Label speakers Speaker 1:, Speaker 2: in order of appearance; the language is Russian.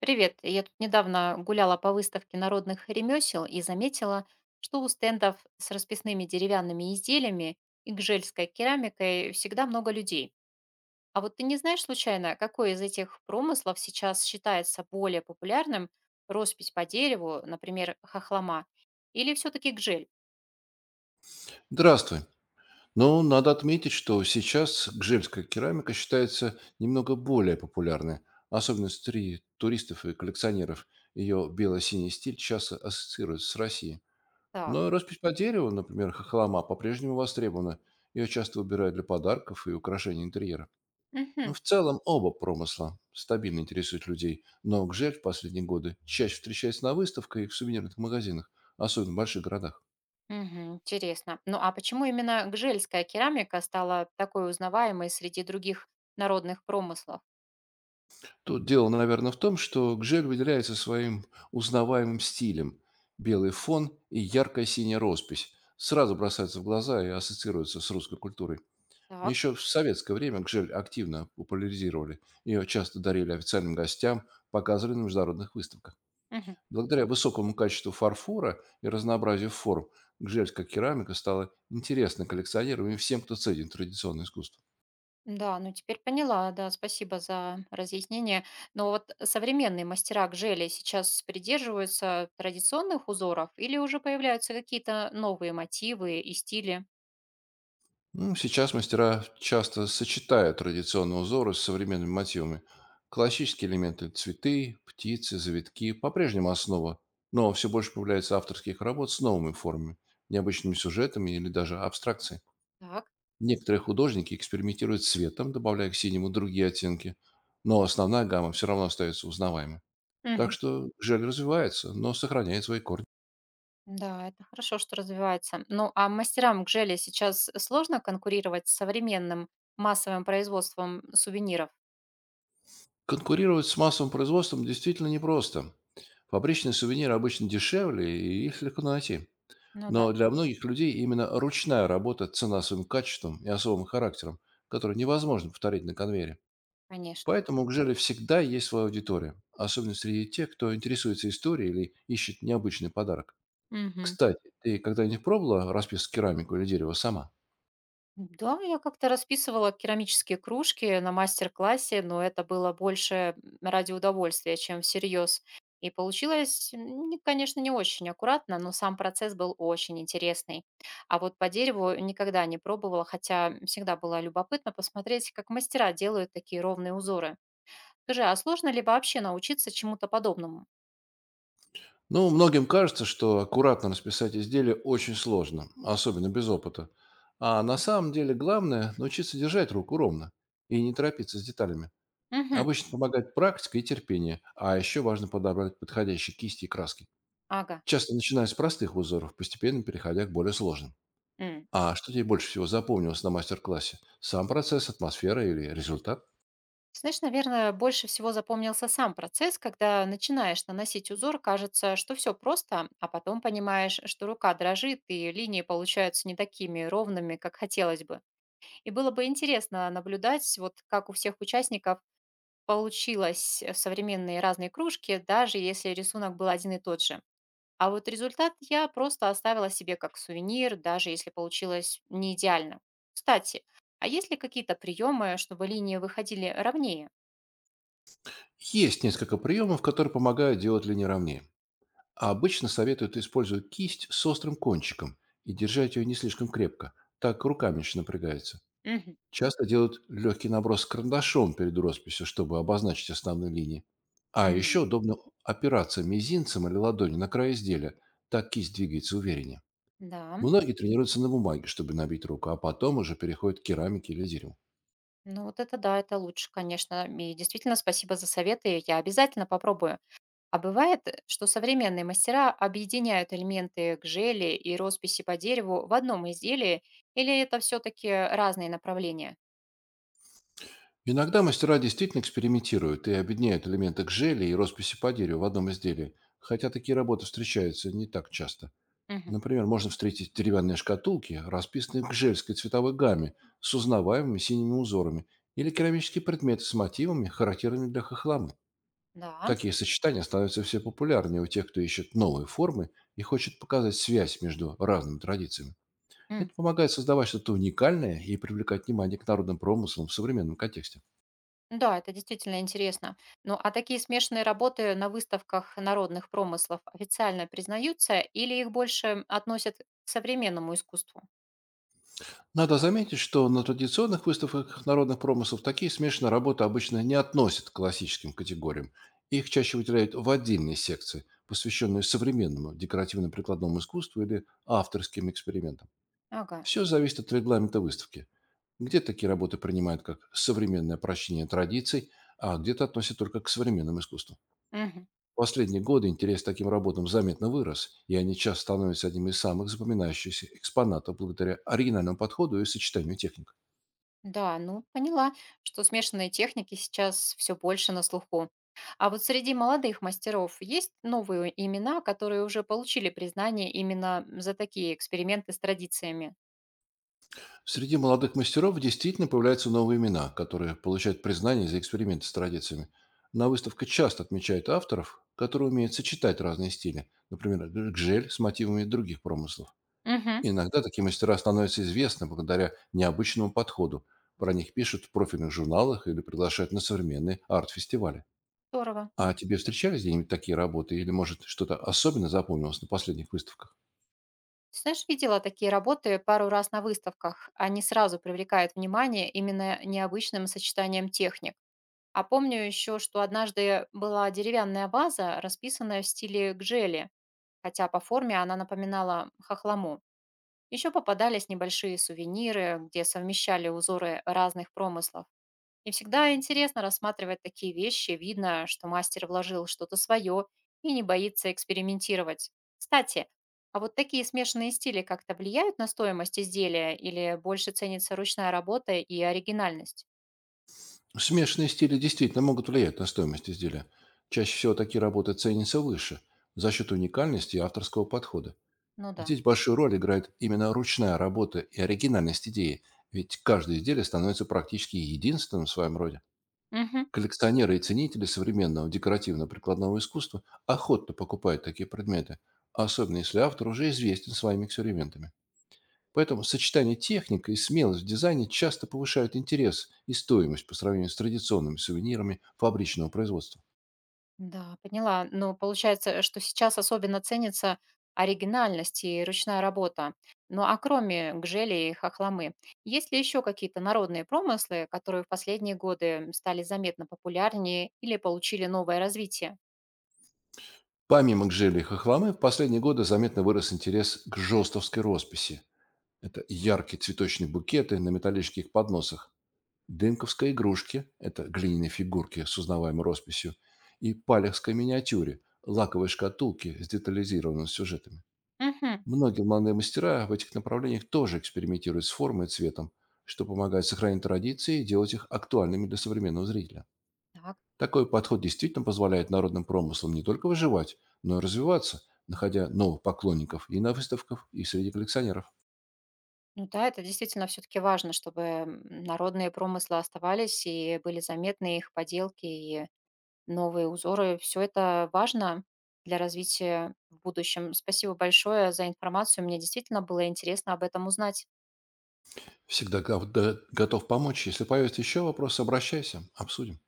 Speaker 1: Привет. Я тут недавно гуляла по выставке народных ремесел и заметила, что у стендов с расписными деревянными изделиями и гжельской керамикой всегда много людей. А вот ты не знаешь случайно, какой из этих промыслов сейчас считается более популярным? Роспись по дереву, например, хохлома, или все-таки гжель?
Speaker 2: Здравствуй. Ну, надо отметить, что сейчас гжельская керамика считается немного более популярной, особенно среди туристов и коллекционеров. Ее бело-синий стиль часто ассоциируется с Россией.
Speaker 1: Так.
Speaker 2: Но роспись по дереву, например, хохлома, по-прежнему востребована. Ее часто выбирают для подарков и украшений интерьера. Ну,
Speaker 1: Мгм.
Speaker 2: в целом, оба промысла стабильно интересуют людей, но гжель в последние годы чаще встречается на выставках и в сувенирных магазинах, особенно в больших городах.
Speaker 1: Мгм, интересно. Ну а почему именно гжельская керамика стала такой узнаваемой среди других народных промыслов?
Speaker 2: Тут дело, наверное, в том, что Гжель выделяется своим узнаваемым стилем. Белый фон и яркая синяя роспись сразу бросаются в глаза и ассоциируются с русской культурой.
Speaker 1: Так.
Speaker 2: Еще в советское время Гжель активно популяризировали. Ее часто дарили официальным гостям, показывали на международных выставках.
Speaker 1: Мгм.
Speaker 2: Благодаря высокому качеству фарфора и разнообразию форм, гжельская керамика стала интересной коллекционерам и всем, кто ценит традиционное искусство.
Speaker 1: Да, ну теперь поняла, да, спасибо за разъяснение. Но вот современные мастера к желе сейчас придерживаются традиционных узоров или уже появляются какие-то новые мотивы и стили?
Speaker 2: Ну, сейчас мастера часто сочетают традиционные узоры с современными мотивами. Классические элементы– цветы, птицы, завитки– по-прежнему основа, но все больше появляется авторских работ с новыми формами, необычными сюжетами или даже абстракцией.
Speaker 1: Так.
Speaker 2: Некоторые художники экспериментируют с цветом, добавляя к синему другие оттенки, но основная гамма все равно остается узнаваемой. Так
Speaker 1: Мгм.
Speaker 2: что жель развивается, но сохраняет свои корни.
Speaker 1: Да, это хорошо, что развивается. Ну, а мастерам к желе сейчас сложно конкурировать с современным массовым производством сувениров?
Speaker 2: Конкурировать с массовым производством действительно непросто. Фабричные сувениры обычно дешевле, и их легко найти.
Speaker 1: Ну да,
Speaker 2: Но для многих людей именно ручная работа цена своим качеством и особым характером, который невозможно повторить на конвейере.
Speaker 1: конечно.
Speaker 2: Поэтому у Гжели всегда есть своя аудитория, особенно среди тех, кто интересуется историей или ищет необычный подарок.
Speaker 1: Мгм.
Speaker 2: Кстати, ты когда-нибудь пробовала расписывать керамику или дерево сама?
Speaker 1: Да, я как-то расписывала керамические кружки на мастер-классе, но это было больше ради удовольствия, чем всерьез. И получилось, конечно, не очень аккуратно, но сам процесс был очень интересный. А вот по дереву никогда не пробовала, хотя всегда было любопытно посмотреть, как мастера делают такие ровные узоры. Скажи, а сложно ли вообще научиться чему-то подобному?
Speaker 2: Ну, многим кажется, что аккуратно расписать изделие очень сложно, особенно без опыта. А на самом деле главное– научиться держать руку ровно и не торопиться с деталями.
Speaker 1: Угу,
Speaker 2: Обычно помогает практика и терпение, а еще важно подобрать подходящие кисти и краски.
Speaker 1: ага.
Speaker 2: Часто начиная с простых узоров, постепенно переходя к более сложным.
Speaker 1: М.
Speaker 2: А что тебе больше всего запомнилось на мастер-классе? Сам процесс, атмосфера или результат?
Speaker 1: Знаешь, наверное, больше всего запомнился сам процесс, когда начинаешь наносить узор, кажется, что все просто, а потом понимаешь, что рука дрожит и линии получаются не такими ровными, как хотелось бы. И было бы интересно наблюдать, вот как у всех участников получилось современные разные кружки, даже если рисунок был один и тот же. А вот результат я просто оставила себе как сувенир, даже если получилось не идеально. Кстати, а есть ли какие-то приемы, чтобы линии выходили ровнее?
Speaker 2: Есть несколько приемов, которые помогают делать линии ровнее. А обычно советуют использовать кисть с острым кончиком и держать ее не слишком крепко. Так рука меньше напрягается.
Speaker 1: Мгм.
Speaker 2: Часто делают легкий наброс карандашом перед росписью, чтобы обозначить основные линии. А еще
Speaker 1: М.
Speaker 2: удобно опираться мизинцем или ладонью на край изделия. Так кисть двигается увереннее.
Speaker 1: Да,
Speaker 2: Многие тренируются на бумаге, чтобы набить руку, а потом уже переходят к керамике или дереву.
Speaker 1: ну вот это да, это лучше, конечно. И действительно, спасибо за советы, я обязательно попробую. А бывает, что современные мастера объединяют элементы гжели и росписи по дереву в одном изделии, или это все-таки разные направления?
Speaker 2: Иногда мастера действительно экспериментируют и объединяют элементы к желе и росписи по дереву в одном изделии, хотя такие работы встречаются не так часто.
Speaker 1: Мгм.
Speaker 2: Например, можно встретить деревянные шкатулки, расписанные в жельской цветовой гамме с узнаваемыми синими узорами, или керамические предметы с мотивами, характерными для хохламы.
Speaker 1: Да.
Speaker 2: Такие сочетания становятся все популярнее у тех, кто ищет новые формы и хочет показать связь между разными традициями.
Speaker 1: М.
Speaker 2: Это помогает создавать что-то уникальное и привлекать внимание к народным промыслам в современном контексте.
Speaker 1: Да, это действительно интересно. Ну, а такие смешанные работы на выставках народных промыслов официально признаются или их больше относят к современному искусству?
Speaker 2: Надо заметить, что на традиционных выставках народных промыслов такие смешанные работы обычно не относят к классическим категориям. Их чаще выделяют в отдельные секции, посвященные современному декоративно-прикладному искусству или авторским экспериментам.
Speaker 1: Ага.
Speaker 2: Все зависит от регламента выставки. Где такие работы принимают как современное прощение традиций, а где-то относят только к современному искусству.
Speaker 1: Мгм.
Speaker 2: В последние годы интерес к таким работам заметно вырос, и они часто становятся одним из самых запоминающихся экспонатов благодаря оригинальному подходу и сочетанию техник.
Speaker 1: Да, ну поняла, что смешанные техники сейчас все больше на слуху. А вот среди молодых мастеров есть новые имена, которые уже получили признание именно за такие эксперименты с традициями?
Speaker 2: Среди молодых мастеров действительно появляются новые имена, которые получают признание за эксперименты с традициями. На выставках часто отмечают авторов, которые умеют сочетать разные стили, например, гжель с мотивами других промыслов.
Speaker 1: Угу,
Speaker 2: Иногда такие мастера становятся известны благодаря необычному подходу. Про них пишут в профильных журналах или приглашают на современные арт-фестивали.
Speaker 1: здорово.
Speaker 2: А тебе встречались где-нибудь такие работы или, может, что-то особенно запомнилось на последних выставках?
Speaker 1: Ты знаешь, видела такие работы пару раз на выставках. Они сразу привлекают внимание именно необычным сочетанием техник. А помню еще, что однажды была деревянная ваза, расписанная в стиле гжели, хотя по форме она напоминала хохлому. Еще попадались небольшие сувениры, где совмещали узоры разных промыслов. И всегда интересно рассматривать такие вещи, видно, что мастер вложил что-то свое и не боится экспериментировать. Кстати, а вот такие смешанные стили как-то влияют на стоимость изделия или больше ценится ручная работа и оригинальность?
Speaker 2: Смешанные стили действительно могут влиять на стоимость изделия. Чаще всего такие работы ценятся выше за счет уникальности и авторского подхода.
Speaker 1: Ну да.
Speaker 2: Здесь большую роль играет именно ручная работа и оригинальность идеи, ведь каждое изделие становится практически единственным в своем роде.
Speaker 1: Мгм.
Speaker 2: Коллекционеры и ценители современного декоративно-прикладного искусства охотно покупают такие предметы, особенно если автор уже известен своими экспериментами. Поэтому сочетание техники и смелость в дизайне часто повышают интерес и стоимость по сравнению с традиционными сувенирами фабричного производства.
Speaker 1: Да, поняла. Но получается, что сейчас особенно ценится оригинальность и ручная работа. Ну а кроме гжели и хохломы, есть ли еще какие-то народные промыслы, которые в последние годы стали заметно популярнее или получили новое развитие?
Speaker 2: Помимо гжели и хохломы, в последние годы заметно вырос интерес к жестовской росписи. Это яркие цветочные букеты на металлических подносах, дымковской игрушки– это глиняные фигурки с узнаваемой росписью, и палехской миниатюре– лаковые шкатулки с детализированными сюжетами.
Speaker 1: Угу.
Speaker 2: Многие молодые мастера в этих направлениях тоже экспериментируют с формой и цветом, что помогает сохранить традиции и делать их актуальными для современного зрителя.
Speaker 1: Так.
Speaker 2: Такой подход действительно позволяет народным промыслам не только выживать, но и развиваться, находя новых поклонников и на выставках, и среди коллекционеров.
Speaker 1: Ну да, это действительно все-таки важно, чтобы народные промыслы оставались и были заметны их поделки и новые узоры. Все это важно для развития в будущем. Спасибо большое за информацию. Мне действительно было интересно об этом узнать.
Speaker 2: Всегда готов помочь. Если появится еще вопрос, обращайся, обсудим.